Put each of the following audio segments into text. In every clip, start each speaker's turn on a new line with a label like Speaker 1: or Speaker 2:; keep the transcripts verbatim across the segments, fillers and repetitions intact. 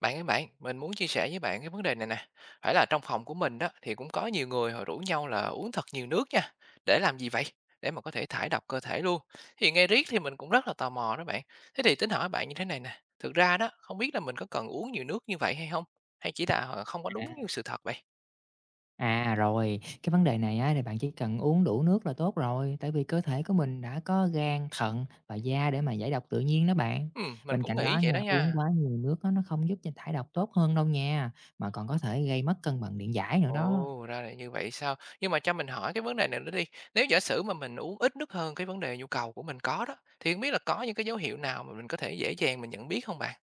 Speaker 1: Bạn ơi bạn, mình muốn chia sẻ với bạn cái vấn đề này nè. Phải là trong phòng của mình đó thì cũng có nhiều người họ rủ nhau là uống thật nhiều nước nha. Để làm gì vậy? Để mà có thể thải độc cơ thể luôn. Thì nghe riết thì mình cũng rất là tò mò đó bạn. Thế thì tính hỏi bạn như thế này nè. Thực ra đó, không biết là mình có cần uống nhiều nước như vậy hay không? Hay chỉ là ờ, không có
Speaker 2: À,
Speaker 1: đúng như sự thật vậy?
Speaker 2: à, rồi, cái vấn đề này á thì bạn chỉ cần uống đủ nước là tốt rồi, tại vì cơ thể của mình đã có gan, thận và da để mà giải độc tự nhiên đó bạn.
Speaker 1: Ừ, mình
Speaker 2: Bên
Speaker 1: cũng
Speaker 2: cạnh đó
Speaker 1: nghĩ vậy đó
Speaker 2: nha, uống
Speaker 1: nha.
Speaker 2: quá nhiều nước á, nó không giúp cho thải độc tốt hơn đâu nha, mà còn có thể gây mất cân bằng điện giải nữa đó.
Speaker 1: Ồ, ra là như vậy sao? Nhưng mà cho mình hỏi cái vấn đề này nữa đi. Nếu giả sử mà mình uống ít nước hơn cái vấn đề nhu cầu của mình có đó, thì không biết là có những cái dấu hiệu nào mà mình có thể dễ dàng mình nhận biết không bạn?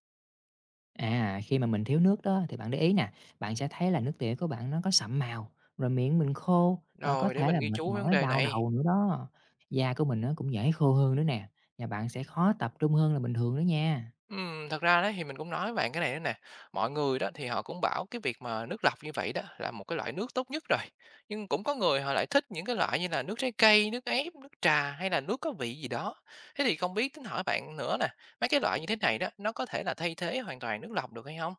Speaker 2: À, khi mà mình thiếu nước đó thì bạn để ý nè, bạn sẽ thấy là nước tiểu của bạn nó có sậm màu, rồi miệng mình khô và có
Speaker 1: Rồi, để
Speaker 2: thể
Speaker 1: mình
Speaker 2: là
Speaker 1: ghi
Speaker 2: mệt
Speaker 1: chú cái vấn
Speaker 2: mỏi,
Speaker 1: đề
Speaker 2: đau
Speaker 1: này.
Speaker 2: đầu nữa đó. Da của mình nó cũng dễ khô hơn nữa nè, và bạn sẽ khó tập trung hơn là bình thường đó nha.
Speaker 1: Ừm, thật ra đấy thì mình cũng nói với bạn cái này nữa nè. Mọi người đó thì họ cũng bảo cái việc mà nước lọc như vậy đó là một cái loại nước tốt nhất rồi. Nhưng cũng có người họ lại thích những cái loại như là nước trái cây, nước ép, nước trà hay là nước có vị gì đó. Thế thì không biết tính hỏi bạn nữa nè, mấy cái loại như thế này đó nó có thể là thay thế hoàn toàn nước lọc được hay không?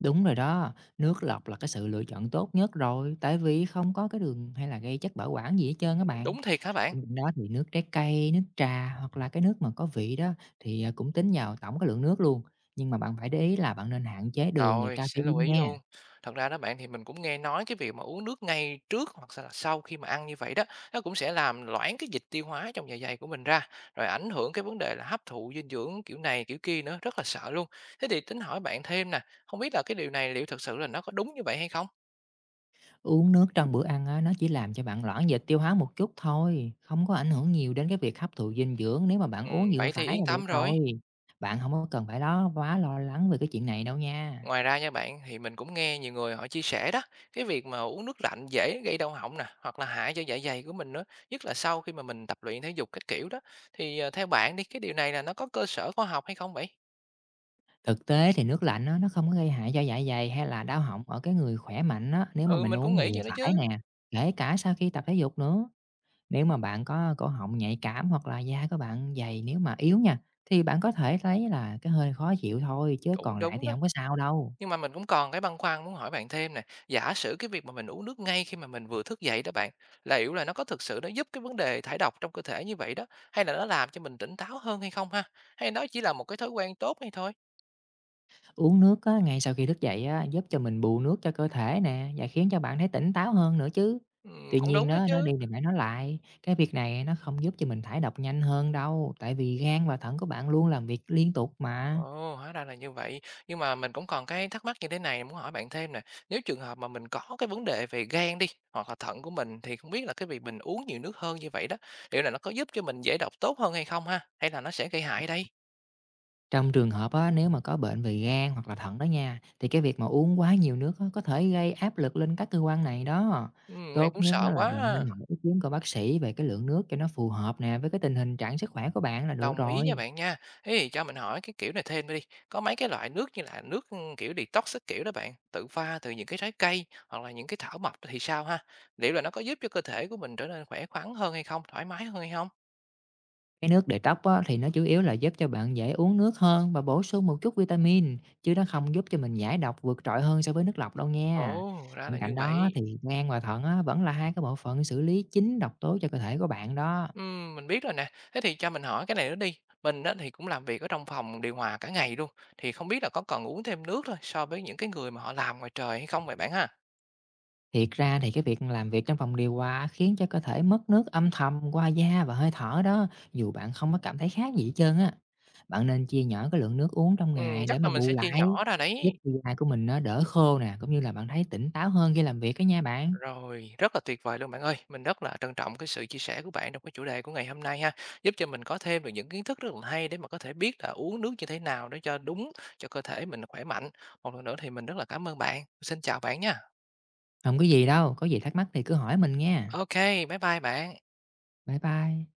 Speaker 2: Đúng rồi đó, nước lọc là cái sự lựa chọn tốt nhất rồi, tại vì không có cái đường hay là gây chất bảo quản gì hết
Speaker 1: Ừm.
Speaker 2: trơn á bạn.
Speaker 1: Đúng thiệt hả bạn?
Speaker 2: Bên cạnh đó thì nước trái cây, nước trà hoặc là cái nước mà có vị đó thì à, cũng tính vào tổng cái lượng nước luôn. Nhưng mà bạn phải để ý là bạn nên hạn chế đường và
Speaker 1: Rồi, sẽ lưu
Speaker 2: caffeine
Speaker 1: ý
Speaker 2: nha.
Speaker 1: luôn. Thật ra đó bạn thì mình cũng nghe nói cái việc mà uống nước ngay trước hoặc là sau khi mà ăn như vậy đó, nó cũng sẽ làm loãng cái dịch tiêu hóa trong dạ dày của mình ra, rồi ảnh hưởng cái vấn đề là hấp thụ dinh dưỡng kiểu này kiểu kia nữa, rất là sợ luôn. Thế thì tính hỏi bạn thêm nè, không biết là cái điều này liệu thật sự là nó có đúng như vậy hay không?
Speaker 2: Uống nước trong bữa ăn á, nó chỉ làm cho bạn loãng dịch tiêu hóa một chút thôi, không có ảnh hưởng nhiều đến cái việc hấp thụ dinh dưỡng nếu mà bạn uống
Speaker 1: Ừm,
Speaker 2: vừa
Speaker 1: vậy thì
Speaker 2: phải
Speaker 1: yên
Speaker 2: là được
Speaker 1: tâm rồi.
Speaker 2: rồi. Bạn không có cần phải đó quá lo lắng về cái chuyện này đâu nha.
Speaker 1: Ngoài ra nha bạn, thì mình cũng nghe nhiều người họ chia sẻ đó, cái việc mà uống nước lạnh dễ gây đau họng nè, hoặc là hại cho dạ dày của mình nữa, nhất là sau khi mà mình tập luyện thể dục các kiểu đó. Thì ờ, theo bạn đi, cái điều này là nó có cơ sở khoa học hay không vậy?
Speaker 2: Thực tế thì nước lạnh á, nó không có gây hại cho dạ dày hay là đau họng ở cái người khỏe mạnh á, nếu mà
Speaker 1: Ừ,
Speaker 2: mình
Speaker 1: mình cũng
Speaker 2: uống
Speaker 1: nghĩ
Speaker 2: vừa
Speaker 1: vậy đó
Speaker 2: phải
Speaker 1: chứ,
Speaker 2: nè, kể cả sau khi tập thể dục nữa. Nếu mà bạn có cổ họng nhạy cảm hoặc là da của bạn dày nếu mà yếu nha, thì bạn có thể thấy là cái hơi khó chịu thôi chứ
Speaker 1: cũng
Speaker 2: còn lại
Speaker 1: đúng
Speaker 2: thì
Speaker 1: đó.
Speaker 2: không có sao đâu.
Speaker 1: Nhưng mà mình cũng còn cái băn khoăn muốn hỏi bạn thêm nè, giả sử cái việc mà mình uống nước ngay khi mà mình vừa thức dậy đó bạn, liệu là nó có thực sự nó giúp cái vấn đề thải độc trong cơ thể như vậy đó, hay là nó làm cho mình tỉnh táo hơn hay không ha? Hay nó chỉ là một cái thói quen tốt hay thôi?
Speaker 2: Uống nước á, ngay sau khi thức dậy á, giúp cho mình bù nước cho cơ thể nè và khiến cho bạn thấy tỉnh táo hơn nữa chứ.
Speaker 1: Ừ,
Speaker 2: Tuy
Speaker 1: cũng
Speaker 2: nhiên
Speaker 1: đúng đó
Speaker 2: đó, nó đi
Speaker 1: chứ.
Speaker 2: thì phải nói lại, cái việc này nó không giúp cho mình thải độc nhanh hơn đâu, tại vì gan và thận của bạn luôn làm việc liên tục mà.
Speaker 1: Ồ, hóa ra là như vậy. Nhưng mà mình cũng còn cái thắc mắc như thế này muốn hỏi bạn thêm nè. Nếu trường hợp mà mình có cái vấn đề về gan đi, hoặc là thận của mình thì không biết là cái việc mình uống nhiều nước hơn như vậy đó, liệu là nó có giúp cho mình giải độc tốt hơn hay không ha? Hay là nó sẽ gây hại đây?
Speaker 2: Trong trường hợp á, nếu mà có bệnh về gan hoặc là thận đó nha, thì cái việc mà uống quá nhiều nước á, có thể gây áp lực lên các cơ quan này đó.
Speaker 1: Ừ, nghe
Speaker 2: Tốt
Speaker 1: cũng
Speaker 2: nhất á,
Speaker 1: sợ
Speaker 2: là
Speaker 1: quá.
Speaker 2: bạn nên
Speaker 1: À.
Speaker 2: hỏi ý kiến của bác sĩ về cái lượng nước cho nó phù hợp nè với cái tình hình trạng sức khỏe của bạn là được
Speaker 1: Đồng ý nha
Speaker 2: rồi.
Speaker 1: bạn nha. Thế thì cho mình hỏi cái kiểu này thêm đi. Có mấy cái loại nước như là nước ừ, kiểu detox các kiểu đó bạn, tự pha từ những cái trái cây hoặc là những cái thảo mộc thì sao ha? Liệu là nó có giúp cho cơ thể của mình trở nên khỏe khoắn hơn hay không, thoải mái hơn hay không?
Speaker 2: Cái nước để tóc á, thì nó chủ yếu là giúp cho bạn dễ uống nước hơn và bổ sung một chút vitamin, chứ nó không giúp cho mình giải độc vượt trội hơn so với nước lọc đâu nha.
Speaker 1: Ồ, ra
Speaker 2: Bên
Speaker 1: là
Speaker 2: cạnh
Speaker 1: như
Speaker 2: đó
Speaker 1: vậy.
Speaker 2: thì gan và thận á, vẫn là hai cái bộ phận xử lý chính độc tố cho cơ thể của bạn đó.
Speaker 1: Ừm, mình biết rồi nè. Thế thì cho mình hỏi cái này nữa đi. Mình á, thì cũng làm việc ở trong phòng điều hòa cả ngày luôn. Thì không biết là có cần uống thêm nước thôi so với những cái người mà họ làm ngoài trời hay không vậy bạn ha?
Speaker 2: Thiệt ra thì cái việc làm việc trong phòng điều hòa khiến cho cơ thể mất nước âm thầm qua da và hơi thở đó, dù bạn không có cảm thấy khác gì hết trơn á. Bạn nên chia nhỏ cái lượng nước uống trong
Speaker 1: Ừm,
Speaker 2: ngày để
Speaker 1: chắc là
Speaker 2: mà
Speaker 1: mình
Speaker 2: bù
Speaker 1: sẽ chia
Speaker 2: lại,
Speaker 1: nhỏ ra
Speaker 2: giúp
Speaker 1: đấy.
Speaker 2: cho da của mình nó đỡ khô nè, cũng như là bạn thấy tỉnh táo hơn khi làm việc đó nha bạn.
Speaker 1: Rồi, rất là tuyệt vời luôn bạn ơi. Mình rất là trân trọng cái sự chia sẻ của bạn trong cái chủ đề của ngày hôm nay ha. Giúp cho mình có thêm được những kiến thức rất là hay để mà có thể biết là uống nước như thế nào để cho đúng, cho cơ thể mình khỏe mạnh. Một lần nữa thì mình rất là cảm ơn bạn. Xin chào bạn nha.
Speaker 2: Không có gì đâu, có gì thắc mắc thì cứ hỏi mình nghe.
Speaker 1: OK, bye bye bạn.
Speaker 2: Bye bye.